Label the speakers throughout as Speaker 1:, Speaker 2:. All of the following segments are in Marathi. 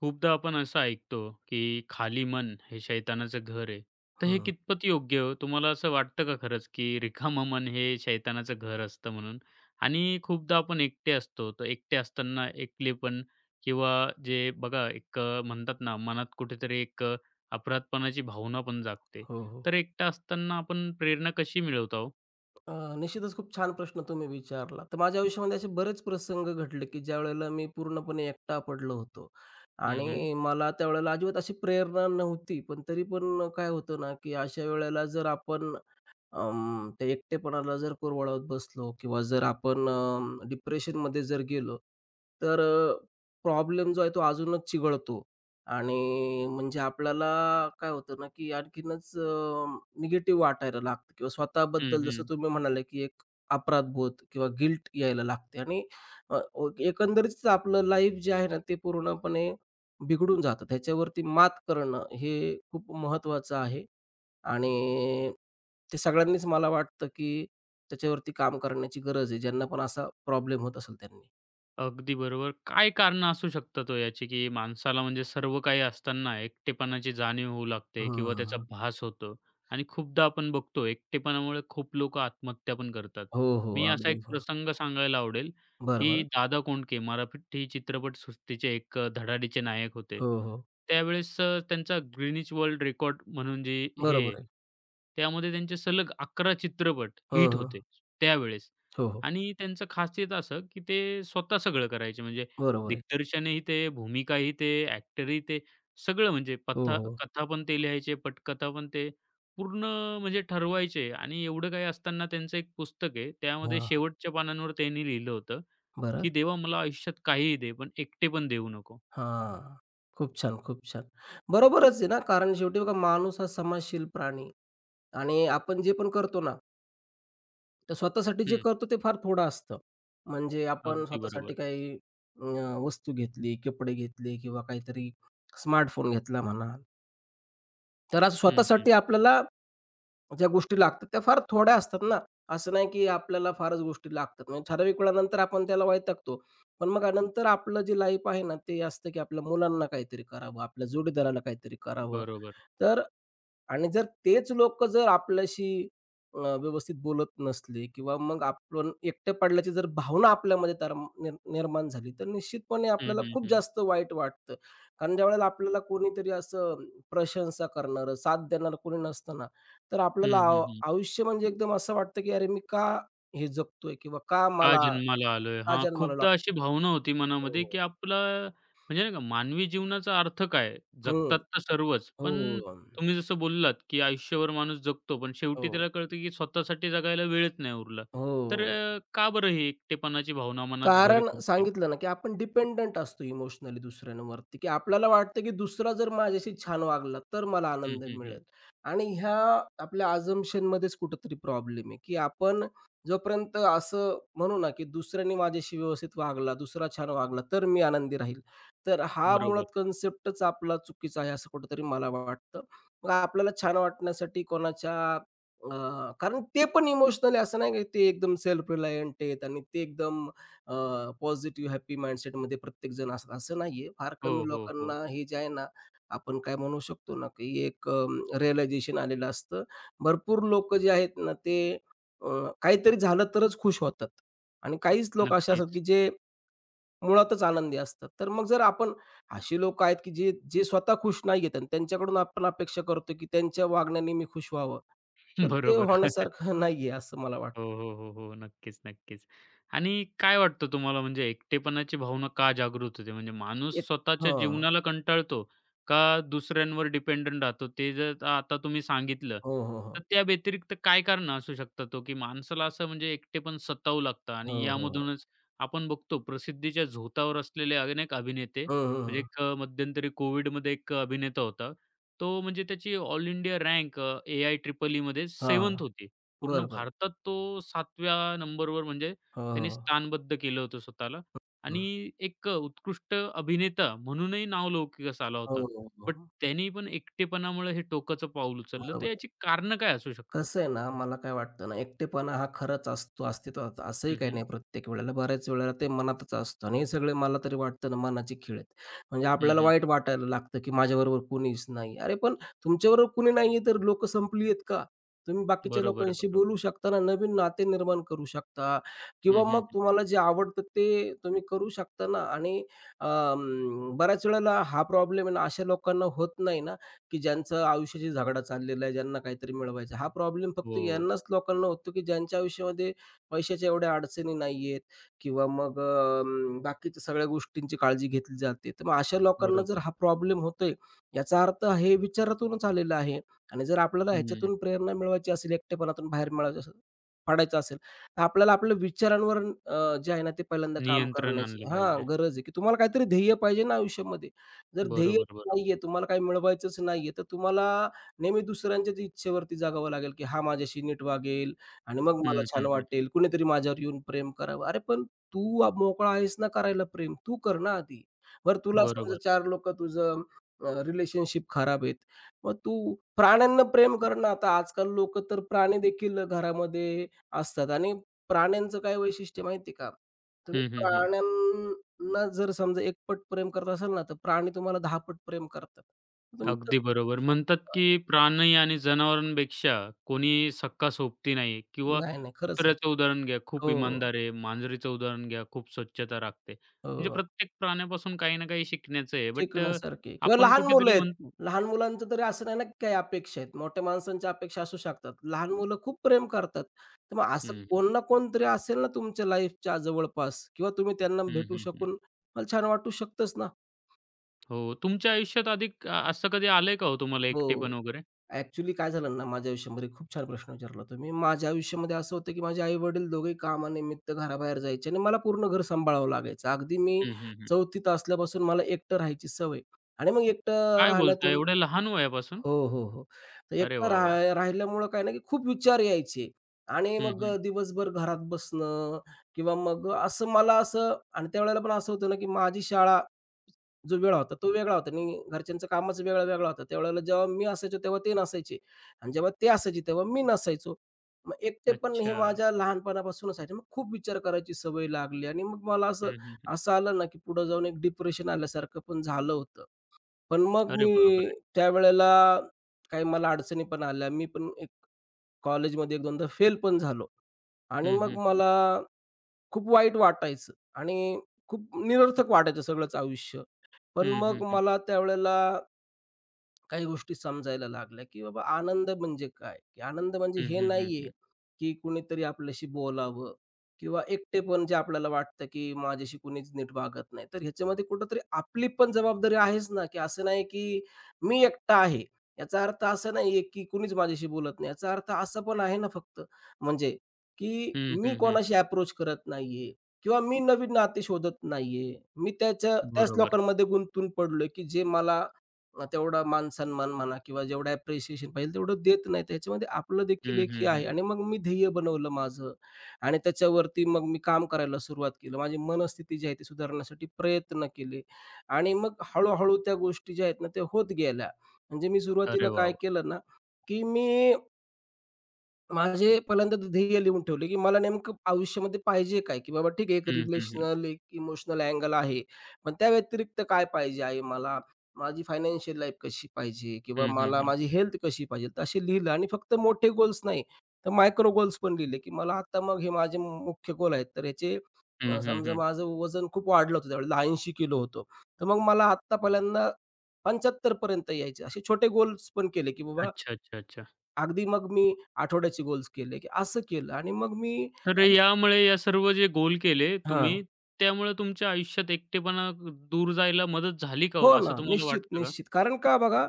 Speaker 1: खूपदा आपण असं ऐकतो, की "खाली मन हे शैतानाचं घर आहे." तर हे
Speaker 2: हं.
Speaker 1: कितपत योग्य हो? तुम्हाला असं वाटतं का खरंच, की रिकामं मन हे शैतानाचं घर असतं म्हणून? आणि खूपदा आपण एकटे असतो, तर एकटे असताना एकलेपण किंवा जे बघा एक म्हणतात ना, मनात कुठेतरी एक अपराधपणाची भावना पण जागते.
Speaker 2: हो, हो.
Speaker 1: तर एकटा असताना आपण प्रेरणा कशी मिळवता हो?
Speaker 2: निश्चितच खूप छान प्रश्न तुम्ही विचारला. तर माझ्या आयुष्यामध्ये असे बरेच प्रसंग घडले, की ज्यावेळेला मी पूर्णपणे एकटा पडलो होतो
Speaker 1: हं, हं.
Speaker 2: आणि मला त्यावेळेला अजिबात अशी प्रेरणा नव्हती. पण तरी पण काय होतं ना, की अशा वेळेला जर आपण त्या एकटेपणाला जर कुरवाळत बसलो किंवा जर आपण डिप्रेशनमध्ये जर गेलो, तर प्रॉब्लेम जो आहे तो अजूनच चिघळतो आणि म्हणजे आपल्याला काय होतं ना, की आणखीनच निगेटिव्ह वाटायला लागतं किंवा स्वतःबद्दल जसं तुम्ही म्हणाले, की एक अपराधबोध किंवा गिल्ट यायला लागते आणि अ, ओ एकंदरीतच आपलं लाईफ जे आहे ना, ते पूर्णपणे बिघडून जातं. त्याच्यावरती मात करणं हे खूप महत्त्वाचं आहे आणि ते सगळ्यांनीच मला वाटतं, की त्याच्यावरती काम करण्याची गरज आहे, ज्यांना पण असा प्रॉब्लेम होत असेल त्यांनी.
Speaker 1: अगदी बरोबर. काय कारणं असू शकतात हो याची, की माणसाला म्हणजे सर्व काही असताना एकटेपणाची जाणीव होऊ लागते किंवा त्याचा
Speaker 2: हं,
Speaker 1: भास होतो आणि खूपदा आपण बघतो एकटेपणामुळे खूप लोकं आत्महत्या पण करतात.
Speaker 2: हो, हो.
Speaker 1: मी असा
Speaker 2: अगदी.
Speaker 1: एक
Speaker 2: हं.
Speaker 1: प्रसंग सांगायला आवडेल,
Speaker 2: बरं,
Speaker 1: की
Speaker 2: बरं.
Speaker 1: दादा कोंडके मराठी चित्रपटसृष्टीचे एक धडाडीचे नायक होते.
Speaker 2: हो, हो.
Speaker 1: त्यावेळेस त्यांचा ग्रीनिच वर्ल्ड रेकॉर्ड म्हणून जे हे
Speaker 2: बरोबर
Speaker 1: आहे,
Speaker 2: आहे.
Speaker 1: त्यामध्ये त्यांचे सलग 11 चित्रपट हिट
Speaker 2: हं, हं.
Speaker 1: होते त्यावेळेस.
Speaker 2: हो, हो.
Speaker 1: आणि त्यांचं खासियत असं, की ते स्वतः सगळं करायचे. म्हणजे
Speaker 2: बरोबर आहे.
Speaker 1: दिग्दर्शनही ते, भूमिकाही ते, ॲक्टरही ते, सगळं म्हणजे
Speaker 2: हो,
Speaker 1: पथा
Speaker 2: हो.
Speaker 1: कथा पण ते लिहायचे, पटकथा पण ते पूर्ण म्हणजे ठरवायचे आणि एवढं काही असताना त्यांचं एक पुस्तक आहे. त्यामध्ये
Speaker 2: हां.
Speaker 1: शेवटच्या पानांवर त्यांनी लिहिलं होतं,
Speaker 2: बरं.
Speaker 1: की "देवा मला आयुष्यात काहीही दे, पण एकटेपण देऊ नको."
Speaker 2: हां. खूप छान, खूप छान. बरोबरच आहे ना, कारण शेवटी बघा माणूस हा समाजशील प्राणी आणि आपण जे पण करतो ना तर स्वतःसाठी जे
Speaker 1: हं.
Speaker 2: करतो ते फार थोडं असतं. म्हणजे आपण
Speaker 1: अगदी
Speaker 2: स्वतःसाठी
Speaker 1: बरोबर.
Speaker 2: काही अ, वस्तू घेतली, कपडे घेतले किंवा काहीतरी स्मार्टफोन घेतला म्हणा. तर असं
Speaker 1: हं, हं.
Speaker 2: स्वतःसाठी आपल्याला ज्या गोष्टी लागतात त्या फार थोड्या असतात ना. असं नाही की आपल्याला फारच गोष्टी लागतात. म्हणजे ठराविक वेळानंतर आपण त्याला वैतागतो. पण मग नंतर आपलं जे लाईफ आहे ना, ते असतं की आपल्या मुलांना काहीतरी करावं, आपल्या जोडीदाराला काहीतरी करावं.
Speaker 1: बरोबर.
Speaker 2: तर आणि जर तेच लोक जर आपल्याशी व्यवस्थित बोलत नसले किंवा मग आपण एकटे पडल्याची जर भावना आपल्यामध्ये तर निर्माण झाली, तर निश्चितपणे
Speaker 1: हं,
Speaker 2: आपल्याला
Speaker 1: हं,
Speaker 2: खूप
Speaker 1: हं.
Speaker 2: जास्त वाईट वाटतं. कारण ज्यावेळेला आपल्याला कोणीतरी असं प्रशंसा करणारं, साथ देणारं कोणी नसतं ना, तर आपल्याला
Speaker 1: हं,
Speaker 2: आव
Speaker 1: हं, हं.
Speaker 2: आयुष्य म्हणजे एकदम असं वाटतं, की "अरे मी का हे जगतोय?" किंवा
Speaker 1: का जन्माला आलोय?
Speaker 2: का
Speaker 1: हां,
Speaker 2: जन्माला लागलो?"
Speaker 1: खूपदा अशी भावना होती
Speaker 2: हो,
Speaker 1: मनामध्ये, की
Speaker 2: हो.
Speaker 1: आपला म्हणजे नाही का मानवी जीवनाचा अर्थ काय? जगतात तर सर्वच,
Speaker 2: हो,
Speaker 1: पण
Speaker 2: हो.
Speaker 1: तुम्ही जसं बोललात, की आयुष्यभर माणूस जगतो, पण शेवटी त्याला कळतं, की स्वतःसाठी जगायला वेळच नाही उरला.
Speaker 2: हो.
Speaker 1: तर का बरं ही एकटेपणाची भावना मनात घर
Speaker 2: कारण
Speaker 1: करते?
Speaker 2: सांगितलं ना, की आपण डिपेंडंट असतो इमोशनली दुसऱ्यांवरती, की आपल्याला वाटतं, की दुसरा जर माझ्याशी छान वागला, तर मला
Speaker 1: हं,
Speaker 2: आनंद
Speaker 1: हं, हं.
Speaker 2: मिळेल. आणि ह्या आपल्या अझम्पशनमध्येच कुठेतरी प्रॉब्लेम आहे, की आपण जोपर्यंत असं म्हणू ना, की दुसऱ्याने माझ्याशी व्यवस्थित वागला, दुसरा छान वागला, तर मी आनंदी राहील. तर हा मुळात
Speaker 1: बरोबर.
Speaker 2: कन्सेप्टच आपला चुकीचा आहे, असं कुठेतरी मला वाटतं. मग आपल्याला छान वाटण्यासाठी अ, कारण ते पण इमोशनली असं नाही, की ते एकदम सेल्फ रिलायंट आहेत आणि ते एकदम अ, पॉझिटिव्ह हॅपी माइंडसेटमध्ये प्रत्येकजण असतात असं नाहीये. फार
Speaker 1: हो,
Speaker 2: कमी
Speaker 1: हो,
Speaker 2: लोकांना
Speaker 1: हो.
Speaker 2: हे जे आहे ना, आपण काय म्हणू शकतो ना, की एक रिअलायझेशन आलेलं असतं. भरपूर लोकं जे आहेत ना, ते अ, काहीतरी झालं तरच खुश होतात आणि काहीच लोक असे असतात, की
Speaker 1: नक्कीच.
Speaker 2: जे मुळातच आनंदी असतात. तर मग जर आपण अशी लोकं आहेत, की जे जे स्वतः खुश नाहीयेत आणि त्यांच्याकडून आपण अपेक्षा करतो, की त्यांच्या वागण्याने मी खुश व्हावं. तर ते
Speaker 1: बरोबर.
Speaker 2: होण्यासारखं नाहीये असं मला वाटतं.
Speaker 1: हो, हो, हो, हो. नक्कीच, नक्कीच. आणि काय वाटतं तुम्हाला म्हणजे एकटेपणाची भावना का जागृत होते? म्हणजे माणूस
Speaker 2: एक
Speaker 1: स्वतःच्या
Speaker 2: हां.
Speaker 1: जीवनाला कंटाळतो का दुसऱ्यांवर डिपेंडंट राहतो? ते जर आता तुम्ही सांगितलं,
Speaker 2: हो, हो,
Speaker 1: तर
Speaker 2: हो.
Speaker 1: त्या व्यतिरिक्त काय कारणं असू शकतात हो, की माणसाला असं म्हणजे एकटेपण सतावू लागतं
Speaker 2: हो,
Speaker 1: आणि
Speaker 2: हो, हो.
Speaker 1: यामधूनच आपण बघतो प्रसिद्धीच्या झोतावर असलेले अनेक अभिनेते
Speaker 2: हं, हं,
Speaker 1: म्हणजे
Speaker 2: हं.
Speaker 1: एक मध्यंतरी कोव्हिडमध्ये एक अभिनेता होता. तो म्हणजे त्याची all India rank AI triple ईमध्ये 7th
Speaker 2: हां.
Speaker 1: होती. पूर्ण
Speaker 2: बरं, बरं.
Speaker 1: भारतात तो 7व्या नंबरवर म्हणजे
Speaker 2: हां,
Speaker 1: त्यांनी
Speaker 2: हां.
Speaker 1: स्थानबद्ध केलं होतं स्वतःला
Speaker 2: हं.
Speaker 1: आणि एक उत्कृष्ट अभिनेता म्हणूनही नावलौकिकच आला
Speaker 2: हो,
Speaker 1: होता.
Speaker 2: हो,
Speaker 1: बट
Speaker 2: हो.
Speaker 1: त्यांनी पण एकटेपणामुळे हे टोकाचं पाऊल उचललं, तर
Speaker 2: बरोबर.
Speaker 1: याची कारणं काय असू शकतात?
Speaker 2: कसं आहे ना, मला काय वाटतं ना, एकटेपणा हा खरंच असतो, अस्तित्वात असंही
Speaker 1: हं,
Speaker 2: काही
Speaker 1: हं.
Speaker 2: नाही प्रत्येक वेळेला. बऱ्याच वेळेला ते मनातच असतं आणि हे सगळे मला तरी वाटतं ना मनाचे खेळ आहेत. म्हणजे
Speaker 1: हं,
Speaker 2: आपल्याला
Speaker 1: हं.
Speaker 2: वाईट वाटायला लागतं, की माझ्याबरोबर कुणीच नाही. अरे पण तुमच्याबरोबर कुणी नाहीये तर लोकं संपली आहेत का? तुम्ही बाकीच्या
Speaker 1: बरोबर,
Speaker 2: लोकांशी बोलू
Speaker 1: बरोबर.
Speaker 2: शकता ना, नवीन नाते निर्माण करू शकता
Speaker 1: हं,
Speaker 2: किंवा
Speaker 1: हं.
Speaker 2: मग
Speaker 1: हं.
Speaker 2: तुम्हाला जे आवडतं ते तुम्ही करू शकता ना आणि बऱ्याच वेळेला हा प्रॉब्लेम आहे ना अशा लोकांना होत नाही ना, की ज्यांचं आयुष्याशी झगडा चाललेला आहे, ज्यांना काहीतरी मिळवायचं. हा प्रॉब्लेम फक्त
Speaker 1: हो,
Speaker 2: यांनाच लोकांना होतो, की ज्यांच्या आयुष्यामध्ये पैशाच्या एवढ्या अडचणी नाहीयेत किंवा मग बाकीच्या सगळ्या गोष्टींची काळजी घेतली जाते. तर मग अशा लोकांना जर
Speaker 1: बरोबर.
Speaker 2: हा प्रॉब्लेम होतोय, याचा अर्थ हे विचारातूनच आलेलं आहे आणि जर आपल्याला
Speaker 1: हं.
Speaker 2: ह्याच्यातून प्रेरणा मिळवायची असेल, एकटेपणातून बाहेर मिळवायचं असेल, पाडायचं असेल, तर आपल्याला आपल्या विचारांवर जे आहे ना, ते पहिल्यांदा काम
Speaker 1: नियंत्रण
Speaker 2: करण्याची
Speaker 1: आणलं
Speaker 2: हां,
Speaker 1: पाहिजे.
Speaker 2: गरज आहे, की तुम्हाला काहीतरी ध्येय पाहिजे ना आयुष्यामध्ये. जर ध्येय
Speaker 1: बरोबर,
Speaker 2: नाहीये,
Speaker 1: बरोबर.
Speaker 2: तुम्हाला काही मिळवायचंच नाहीये, तर तुम्हाला नेहमी दुसऱ्यांच्याच इच्छेवरती जगावं लागेल, की हा माझ्याशी नीट वागेल आणि मग मला
Speaker 1: हं,
Speaker 2: छान
Speaker 1: हं, हं.
Speaker 2: वाटेल, कुणीतरी माझ्यावर येऊन प्रेम करावं. अरे पण तू मोकळा आहेस ना करायला प्रेम, तू कर ना आधी. बरं तुला समजा
Speaker 1: बरोबर.
Speaker 2: 4 लोकं तुझं रिलेशनशिप खराब आहेत. मग तू प्राण्यांना प्रेम कर ना. आता आजकाल लोकं तर प्राणी देखील घरामध्ये असतात आणि प्राण्यांचं काय वैशिष्ट्य माहिती का? तुम्ही
Speaker 1: हं, हं, हं.
Speaker 2: प्राण्यां ना जर समजा एक पट प्रेम करत असाल ना, तर प्राणी तुम्हाला 10 पट प्रेम करतात. तर तुम्ही तसं
Speaker 1: अगदी
Speaker 2: करू
Speaker 1: बरोबर. म्हणतात
Speaker 2: शकता.
Speaker 1: की प्राणी आणि जनावरांपेक्षा कोणी सक्का सोबती नाही किंवा
Speaker 2: नाही, नाही. खरंच आहे ते.
Speaker 1: कुत्र्याचं उदाहरण घ्या, खूप
Speaker 2: हो,
Speaker 1: इमानदार आहे. मांजरीचं उदाहरण घ्या, खूप स्वच्छता राखते. म्हणजे
Speaker 2: हो.
Speaker 1: प्रत्येक प्राण्यापासून काही ना काही शिकण्याचं आहे. बट
Speaker 2: शिकण्यासारखी किंवा
Speaker 1: आपण
Speaker 2: लहान मुलं
Speaker 1: कुठेतरी
Speaker 2: आहेत.
Speaker 1: म्हणतो
Speaker 2: लहान मुलांचं तरी असं नाही ना, की काही अपेक्षा आहेत. मोठ्या माणसांच्या अपेक्षा असू शकतात. लहान मुलं खूप प्रेम करतात. तर मग असं
Speaker 1: हं, हं.
Speaker 2: कोण ना कोणतरी असेल ना तुमच्या लाईफच्या जवळपास किंवा तुम्ही त्यांना
Speaker 1: हं,
Speaker 2: भेटू
Speaker 1: हं,
Speaker 2: शकून मला छान वाटू शकतंच ना.
Speaker 1: हो, तुमच्या आयुष्यात अधिक असं कधी आलंय का हो तुम्हाला एकटेपण
Speaker 2: हो.
Speaker 1: वगैरे?
Speaker 2: ॲक्चुअली काय झालं ना माझ्या आयुष्यामध्ये खूप छान प्रश्न विचारला तुम्ही. माझ्या आयुष्यामध्ये असं होतं, की माझे आई-वडील दोघेही कामानिमित्त घराबाहेर जायचे आणि मला पूर्ण घर सांभाळावं लागायचं. अगदी मी
Speaker 1: हं, हं, हं.
Speaker 2: 4थीत असल्यापासून मला एकटं राहायची सवय आणि मग एकटं
Speaker 1: काय बोलताय
Speaker 2: राहण्यातून
Speaker 1: एवढ्या लहान वयापासून?
Speaker 2: हो, हो, हो. तर
Speaker 1: अरे
Speaker 2: एकटं
Speaker 1: वाह! वाह!
Speaker 2: राह राहिल्यामुळं काय ना, की खूप विचार यायचे आणि
Speaker 1: हं,
Speaker 2: मग
Speaker 1: हं.
Speaker 2: दिवसभर घरात बसणं किंवा मग असं मला असं आणि त्यावेळेला पण असं होतं ना, की माझी शाळा जो वेळ होता तो वेगळा होता आणि घरच्यांचं कामच वेगळा-वेगळा होता. त्यावेळेला जेव्हा मी असायचो तेव्हा ते नसायचे आणि जेव्हा ते असायचे तेव्हा मी नसायचो. मग एकटेपण हे
Speaker 1: अच्छा.
Speaker 2: माझ्या लहानपणापासूनच आहे. मग खूप विचार करायची सवय लागली आणि मग मला
Speaker 1: हं,
Speaker 2: असं
Speaker 1: हं, हं.
Speaker 2: असं आलं ना, की पुढे जाऊन एक डिप्रेशन आल्यासारखं पण झालं होतं. पण मग
Speaker 1: अरे
Speaker 2: मी
Speaker 1: बापरे!
Speaker 2: त्यावेळेला काही मला अडचणी पण आल्या. मी पण एक कॉलेजमध्ये 1-2दा फेल पण झालो आणि
Speaker 1: हं,
Speaker 2: मग
Speaker 1: हं, हं.
Speaker 2: मला खूप वाईट वाटायचं आणि खूप निरर्थक वाटायचं सगळंच आयुष्य. पण
Speaker 1: हं,
Speaker 2: मग
Speaker 1: हं, हं.
Speaker 2: मला त्यावेळेला काही गोष्टी समजायला लागल्या, की बाबा आनंद म्हणजे काय? की आनंद म्हणजे
Speaker 1: हं,
Speaker 2: हे
Speaker 1: हं,
Speaker 2: नाहीये,
Speaker 1: हं,
Speaker 2: की कुणीतरी आपल्याशी बोलावं किंवा एकटेपण जे आपल्याला वाटतं, की माझ्याशी कुणीच नीट वागत नाही. तर ह्याच्यामध्ये कुठेतरी आपली पण जबाबदारी आहेच ना, की असं नाही, की मी एकटा आहे. याचा अर्थ असा नाहीये, की कुणीच माझ्याशी बोलत नाही. याचा अर्थ असा पण आहे ना फक्त म्हणजे, की
Speaker 1: हं,
Speaker 2: मी
Speaker 1: हं, हं.
Speaker 2: कोणाशी अप्रोच करत नाहीये किंवा मी नवीन नाते शोधत नाहीये. मी त्याच्या त्याच
Speaker 1: बरोबर.
Speaker 2: लोकांमध्ये गुंतून पडलोय, की जे मला तेवढा मान-सन्मान म्हणा किंवा जेवढं ॲप्रिसिएशन पाहिजे तेवढं देत नाही. त्याच्यामध्ये आपलं देखील
Speaker 1: हं,
Speaker 2: एक हे
Speaker 1: हं,
Speaker 2: आहे
Speaker 1: हं.
Speaker 2: आणि मग मी ध्येय बनवलं माझं आणि त्याच्यावरती मग मी काम करायला सुरुवात केलं. माझी मनस्थिती जी आहे ती सुधारण्यासाठी प्रयत्न केले आणि मग हळू त्या गोष्टी ज्या आहेत ना, त्या होत गेल्या. म्हणजे मी सुरुवातीला
Speaker 1: अरे वाह,
Speaker 2: काय
Speaker 1: वाह!
Speaker 2: केलं ना, की मी माझे पहिल्यांदा ध्येय लिहून ठेवले, की मला नेमकं आयुष्यामध्ये पाहिजे काय? की बाबा ठीक आहे, एक
Speaker 1: हं, हं, हं.
Speaker 2: रिलेशनल, एक इमोशनल अँगल आहे. पण त्या व्यतिरिक्त काय पाहिजे आहे मला? माझी फायनान्शियल लाईफ कशी पाहिजे? किंवा
Speaker 1: हं, हं,
Speaker 2: मला
Speaker 1: हं.
Speaker 2: माझी हेल्थ कशी पाहिजे? तर असे लिहिलं आणि फक्त मोठे गोल्स नाही, तर मायक्रो गोल्स पण लिहिले, की मला आता मग हे माझे मुख्य गोल आहेत. तर याचे
Speaker 1: हं, हं,
Speaker 2: समजा
Speaker 1: हं.
Speaker 2: माझं वजन खूप वाढलं होतं त्यावेळेला 80 किलो होतो. तर मग मला आत्ता पहिल्यांदा 75 पर्यंत यायचे. असे छोटे गोल्स पण केले, की बाबा
Speaker 1: अच्छा, अच्छा, अच्छा.
Speaker 2: अगदी मग मी आठवड्याचे गोल्स केले, की असं केलं आणि मग मी
Speaker 1: तर
Speaker 2: म्हणजे
Speaker 1: यामुळे या सर्व जे गोल केले
Speaker 2: हां.
Speaker 1: तुम्ही, त्यामुळे तुमच्या आयुष्यात एकटेपणा दूर जायला मदत झाली का हो,
Speaker 2: हो
Speaker 1: असं
Speaker 2: ना.
Speaker 1: तुम्हाला
Speaker 2: निश्चित,
Speaker 1: वाटतं का?
Speaker 2: निश्चित. कारण का बघा,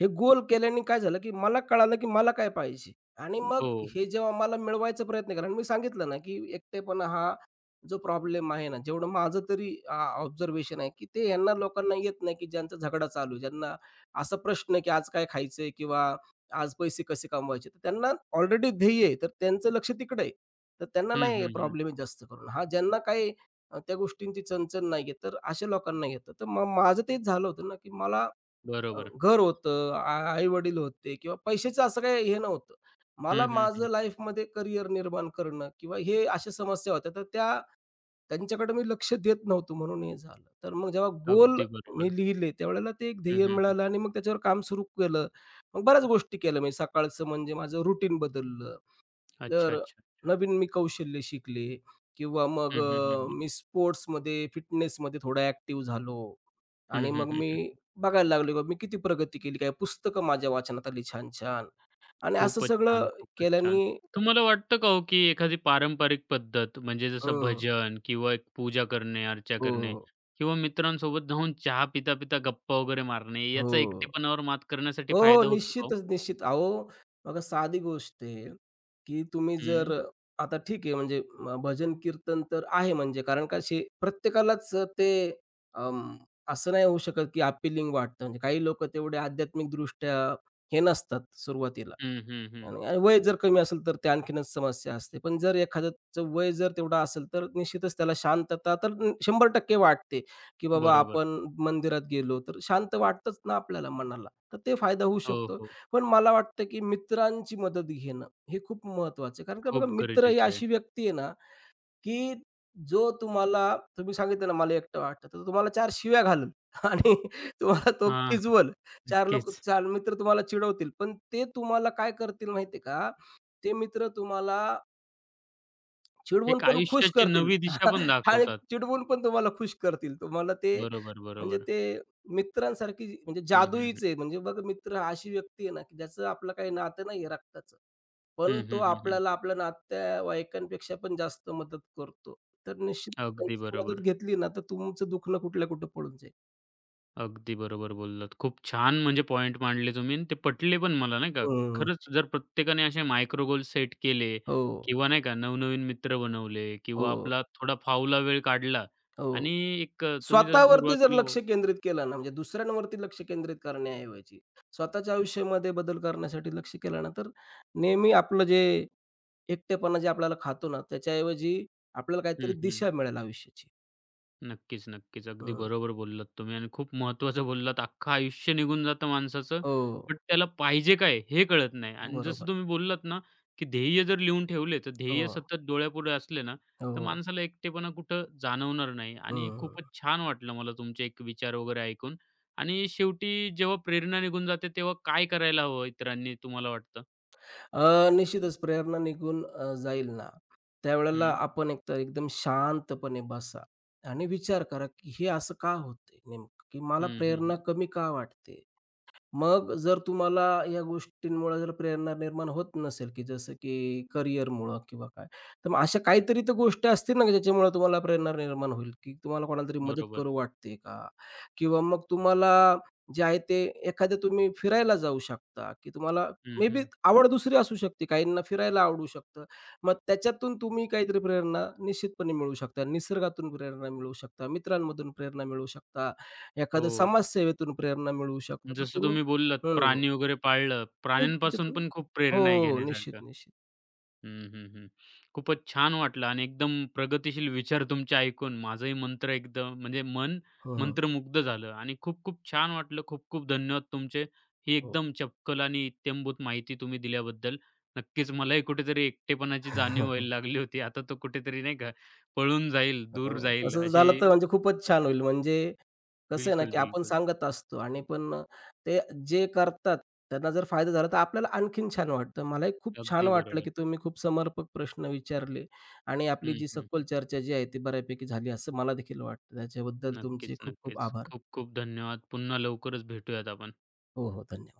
Speaker 2: हे गोल केल्याने काय झालं, की मला कळालं, की मला काय पाहिजे आणि मग
Speaker 1: हो.
Speaker 2: हे जेव्हा मला मिळवायचा प्रयत्न केला मी सांगितलं ना, की एकटेपणा हा जो प्रॉब्लेम आहे ना, जेवढं माझं तरी ऑब्झर्वेशन आहे, की ते ह्यांना लोकांना येत नाही, की ज्यांचा झगडा चालू आहे, ज्यांना असा प्रश्न आहे, की आज काय खायचंय किंवा आज पैसे कसे कमवायचे? तर त्यांना ऑलरेडी ध्येय आहे, तर त्यांचं लक्ष तिकडे आहे. तर त्यांना
Speaker 1: हं,
Speaker 2: नाही
Speaker 1: हं, हं.
Speaker 2: प्रॉब्लेम जास्त करून. हां, ज्यांना काही त्या गोष्टींची चणचण नाही आहे, तर अशा लोकांना घेतं. तर मग माझं तेच झालं होतं ना, की मला
Speaker 1: बरोबर.
Speaker 2: घर होतं, आई-वडील होते किंवा पैशाचं असं काही हे नव्हतं. मला
Speaker 1: हं, हं, हं.
Speaker 2: माझं लाईफमध्ये करियर निर्माण करणं किंवा हे अशा समस्या होत्या, तर त्या त्यांच्याकडे मी लक्ष देत नव्हतो म्हणून हे झालं. तर मग जेव्हा गोल
Speaker 1: अगदी
Speaker 2: मी
Speaker 1: बरोबर.
Speaker 2: लिहिले, त्यावेळेला ते एक
Speaker 1: हं,
Speaker 2: ध्येय
Speaker 1: हं, हं.
Speaker 2: मिळालं आणि मग त्याच्यावर काम सुरू केलं. मग बऱ्याच गोष्टी केल्या मी. सकाळचं म्हणजे माझं रुटीन बदललं.
Speaker 1: अच्छा,
Speaker 2: तर
Speaker 1: अच्छा.
Speaker 2: नवीन मी कौशल्य शिकले किंवा मग
Speaker 1: हं, हं, हं, हं.
Speaker 2: मी स्पोर्ट्समध्ये, फिटनेसमध्ये थोडा ॲक्टिव्ह झालो
Speaker 1: हं,
Speaker 2: आणि
Speaker 1: हं,
Speaker 2: मग मी
Speaker 1: हं.
Speaker 2: बघायला लागलो की मी किती प्रगती केली, काय पुस्तकं माझ्या वाचनात आली छान-छान आणि असं
Speaker 1: खूपच छान,
Speaker 2: सगळं
Speaker 1: खूपच छान.
Speaker 2: केल्याने
Speaker 1: तुम्हाला वाटतं का हो, की एखादी पारंपरिक पद्धत म्हणजे जसं
Speaker 2: हं.
Speaker 1: भजन किंवा एक पूजा करणे, अर्चा
Speaker 2: हो,
Speaker 1: करणे
Speaker 2: हो.
Speaker 1: किंवा मित्रांसोबत जाऊन चहा पिता-पिता गप्पा वगैरे मारणे,
Speaker 2: हो.
Speaker 1: याचा एकटेपणावर मात करण्यासाठी
Speaker 2: हो, हो.
Speaker 1: फायदा होतो का हो?
Speaker 2: निश्चितच, निश्चित. अहो, बघा साधी गोष्ट आहे, की तुम्ही जर
Speaker 1: हं,
Speaker 2: आता ठीक आहे म्हणजे भजन कीर्तन तर आहे म्हणजे कारण का असे प्रत्येकालाच ते अं, असं नाही होऊ शकत, की अपीलिंग वाटतं. म्हणजे काही लोकं तेवढे आध्यात्मिकदृष्ट्या हे नसतात सुरुवातीला.
Speaker 1: हं, हं, हं.
Speaker 2: आणि आणि वय जर कमी असेल तर ते आणखीनच समस्या असते. पण जर एखाद्याचं वय जर तेवढं असेल, तर निश्चितच त्याला शांतता तर टक्के वाटते, की बाबा
Speaker 1: बरोबर.
Speaker 2: आपण मंदिरात गेलो, तर शांत वाटतंच ना आपल्याला मनाला. तर ते फायदा होऊ
Speaker 1: हो,
Speaker 2: शकतो.
Speaker 1: हो.
Speaker 2: पण मला वाटतं, की मित्रांची मदत घेणं हे खूप महत्त्वाचं आहे. कारण का बघा
Speaker 1: खूप
Speaker 2: मित्र ही
Speaker 1: गरजेचं आहे.
Speaker 2: अशी व्यक्ती आहे ना, की जो तुम्हाला तुम्ही सांगितलं ना, मला एकटं वाटतं, तर तो तुम्हाला 4 शिव्या घालेल आणि तुम्हाला तो
Speaker 1: हां,
Speaker 2: खिजवल. चार लोकं
Speaker 1: नक्कीच.
Speaker 2: 4 मित्र तुम्हाला चिडवतील, पण ते तुम्हाला काय करतील माहिती का? ते मित्र तुम्हाला चिडवून
Speaker 1: एक
Speaker 2: पण खुश
Speaker 1: आयुष्याची
Speaker 2: करतील
Speaker 1: नवी दिशा पण
Speaker 2: आणि
Speaker 1: दाखवतात.
Speaker 2: चिडवून पण तुम्हाला खुश करतील. तुम्हाला ते
Speaker 1: बरोबर,
Speaker 2: म्हणजे
Speaker 1: बरोबर.
Speaker 2: ते मित्रांसारखी जी- म्हणजे
Speaker 1: हं, हं, हं.
Speaker 2: जादुईच आहे. म्हणजे बघा मित्र हा अशी व्यक्ती आहे ना, की ज्याचं आपलं काही नातं नाही रक्ताचं. पण
Speaker 1: हं,
Speaker 2: तो
Speaker 1: हं, हं, हं.
Speaker 2: आपल्याला आपल्या नातेवाईकांपेक्षा पण जास्त मदत करतो. तर निश्चित
Speaker 1: अगदी
Speaker 2: त्यांची मदत
Speaker 1: बरोबर.
Speaker 2: घेतली ना, तर तुमचं दुखणं कुठल्या कुठं पळून जाईल.
Speaker 1: अगदी बरोबर बोललात. खूप छान म्हणजे पॉइंट मांडले तुम्ही आणि ते पटले पण मला नाही का.
Speaker 2: हं.
Speaker 1: खरंच जर प्रत्येकाने असे मायक्रो गोल सेट केले
Speaker 2: हो,
Speaker 1: किंवा नाही का नवनवीन मित्र बनवले किंवा
Speaker 2: हो,
Speaker 1: आपला थोडा फावला वेळ काढला
Speaker 2: हो.
Speaker 1: आणि एक तुम्ही जसं
Speaker 2: स्वतःवरती जर
Speaker 1: सुरुवातीला
Speaker 2: लक्ष केंद्रित केलं ना, म्हणजे दुसऱ्यांवरती लक्ष केंद्रित करण्याऐवजी स्वतःच्या आयुष्यामध्ये बदल करण्यासाठी लक्ष केलं ना, तर नेहमी आपलं जे एकटेपणा जे आपल्याला खातो ना, त्याच्याऐवजी आपल्याला काहीतरी
Speaker 1: हं, हं.
Speaker 2: दिशा मिळेल आयुष्याची.
Speaker 1: नक्कीच, नक्कीच. अगदी
Speaker 2: हं.
Speaker 1: बरोबर बोललात तुम्ही आणि खूप महत्त्वाचं बोललात. अख्खं आयुष्य निघून जातं माणसाचं, बट
Speaker 2: हो.
Speaker 1: त्याला पाहिजे काय हे कळत नाही. आणि जसं
Speaker 2: बरोबर.
Speaker 1: तुम्ही बोललात ना, की ध्येय जर लिहून ठेवले, तर ध्येय
Speaker 2: हो,
Speaker 1: सतत डोळ्यापुढे असले ना, तर
Speaker 2: हो.
Speaker 1: माणसाला एकटेपणा कुठं जाणवणार नाही. आणि
Speaker 2: हं.
Speaker 1: खूपच छान वाटलं मला तुमचे एक विचार वगैरे ऐकून. आणि शेवटी जेव्हा प्रेरणा निघून जाते, तेव्हा काय करायला हवं इतरांनी तुम्हाला वाटतं?
Speaker 2: निश्चितच प्रेरणा निघून जाईल ना, त्यावेळेला
Speaker 1: हं.
Speaker 2: आपण एकतर एकदम शांतपणे बसा आणि विचार करा, की हे असं का होते नेमकं? की मला
Speaker 1: हं, हं,
Speaker 2: प्रेरणा
Speaker 1: हं.
Speaker 2: कमी का वाटते? मग जर तुम्हाला या गोष्टींमुळे जर प्रेरणा निर्माण होत नसेल, की जसं की करिअरमुळं किंवा काय, तर मग अशा काहीतरी तर गोष्टी असतील ना, की ज्याच्यामुळे तुम्हाला प्रेरणा निर्माण होईल, की तुम्हाला कोणाला तरी मदत
Speaker 1: बरोबर.
Speaker 2: करू वाटते का? किंवा मग तुम्हाला जे आहे ते एखाद्या तुम्ही फिरायला जाऊ शकता, की तुम्हाला
Speaker 1: हं,
Speaker 2: मे बी
Speaker 1: हं.
Speaker 2: आवड दुसरी असू शकते. काहींना फिरायला आवडू शकतं. मग त्याच्यातून तुम्ही काहीतरी प्रेरणा निश्चितपणे मिळवू शकता. निसर्गातून प्रेरणा मिळवू शकता, मित्रांमधून प्रेरणा मिळवू शकता, एखाद्या
Speaker 1: हो.
Speaker 2: समाजसेवेतून प्रेरणा मिळवू शकता. तर
Speaker 1: जसं
Speaker 2: तुम्ही
Speaker 1: तुम्ही बोललात,
Speaker 2: हो, हो.
Speaker 1: प्राणी वगैरे पाळलं.
Speaker 2: नाही
Speaker 1: प्राण्यांपासून
Speaker 2: त्याच्यातून
Speaker 1: पण खूप
Speaker 2: हो,
Speaker 1: प्रेरणा आहे
Speaker 2: निश्चित,
Speaker 1: घेण्यासारखं.
Speaker 2: निश्चित.
Speaker 1: हं, हं, हं. खूपच छान वाटलं आणि एकदम प्रगतिशील विचार तुमचे ऐकून माझंही मंत्र एकदम म्हणजे मन
Speaker 2: हं, हं.
Speaker 1: मंत्रमुग्ध झालं आणि खूप खूप छान वाटलं. खूप खूप धन्यवाद तुमचे. ही
Speaker 2: हो.
Speaker 1: एकदम चपकल आणि इत्यंभूत माहिती तुम्ही दिल्याबद्दल. नक्कीच मलाही कुठेतरी एकटेपणाची जाणीव व्हायला लागली होती. आता तो कुठेतरी नाही का पळून जाईल, दूर
Speaker 2: हो,
Speaker 1: जाईल
Speaker 2: तसं झालं तर
Speaker 1: अशी
Speaker 2: म्हणजे खूपच छान होईल. म्हणजे कसं आहे ना,
Speaker 1: बिलकुल,
Speaker 2: की आपण
Speaker 1: बिलकुल.
Speaker 2: सांगत असतो आणि पण ते जे करतात त्यांना जर फायदा झाला तर आपल्याला आणखीन छान वाटतं. मलाही खूप छान
Speaker 1: अगदी
Speaker 2: वाटलं,
Speaker 1: बरोबर.
Speaker 2: की तुम्ही खूप समर्पक प्रश्न विचारले आणि आपली
Speaker 1: हं,
Speaker 2: जी सखोल
Speaker 1: हं.
Speaker 2: चर्चा जी आहे ती बऱ्यापैकी झाली असं मला देखील वाटतं. त्याच्याबद्दल
Speaker 1: नक्कीच,
Speaker 2: तुमचे खूप खूप
Speaker 1: नक्कीच.
Speaker 2: आभार.
Speaker 1: खूप खूप धन्यवाद. पुन्हा लवकरच भेटूयात आपण.
Speaker 2: हो, हो. धन्यवाद.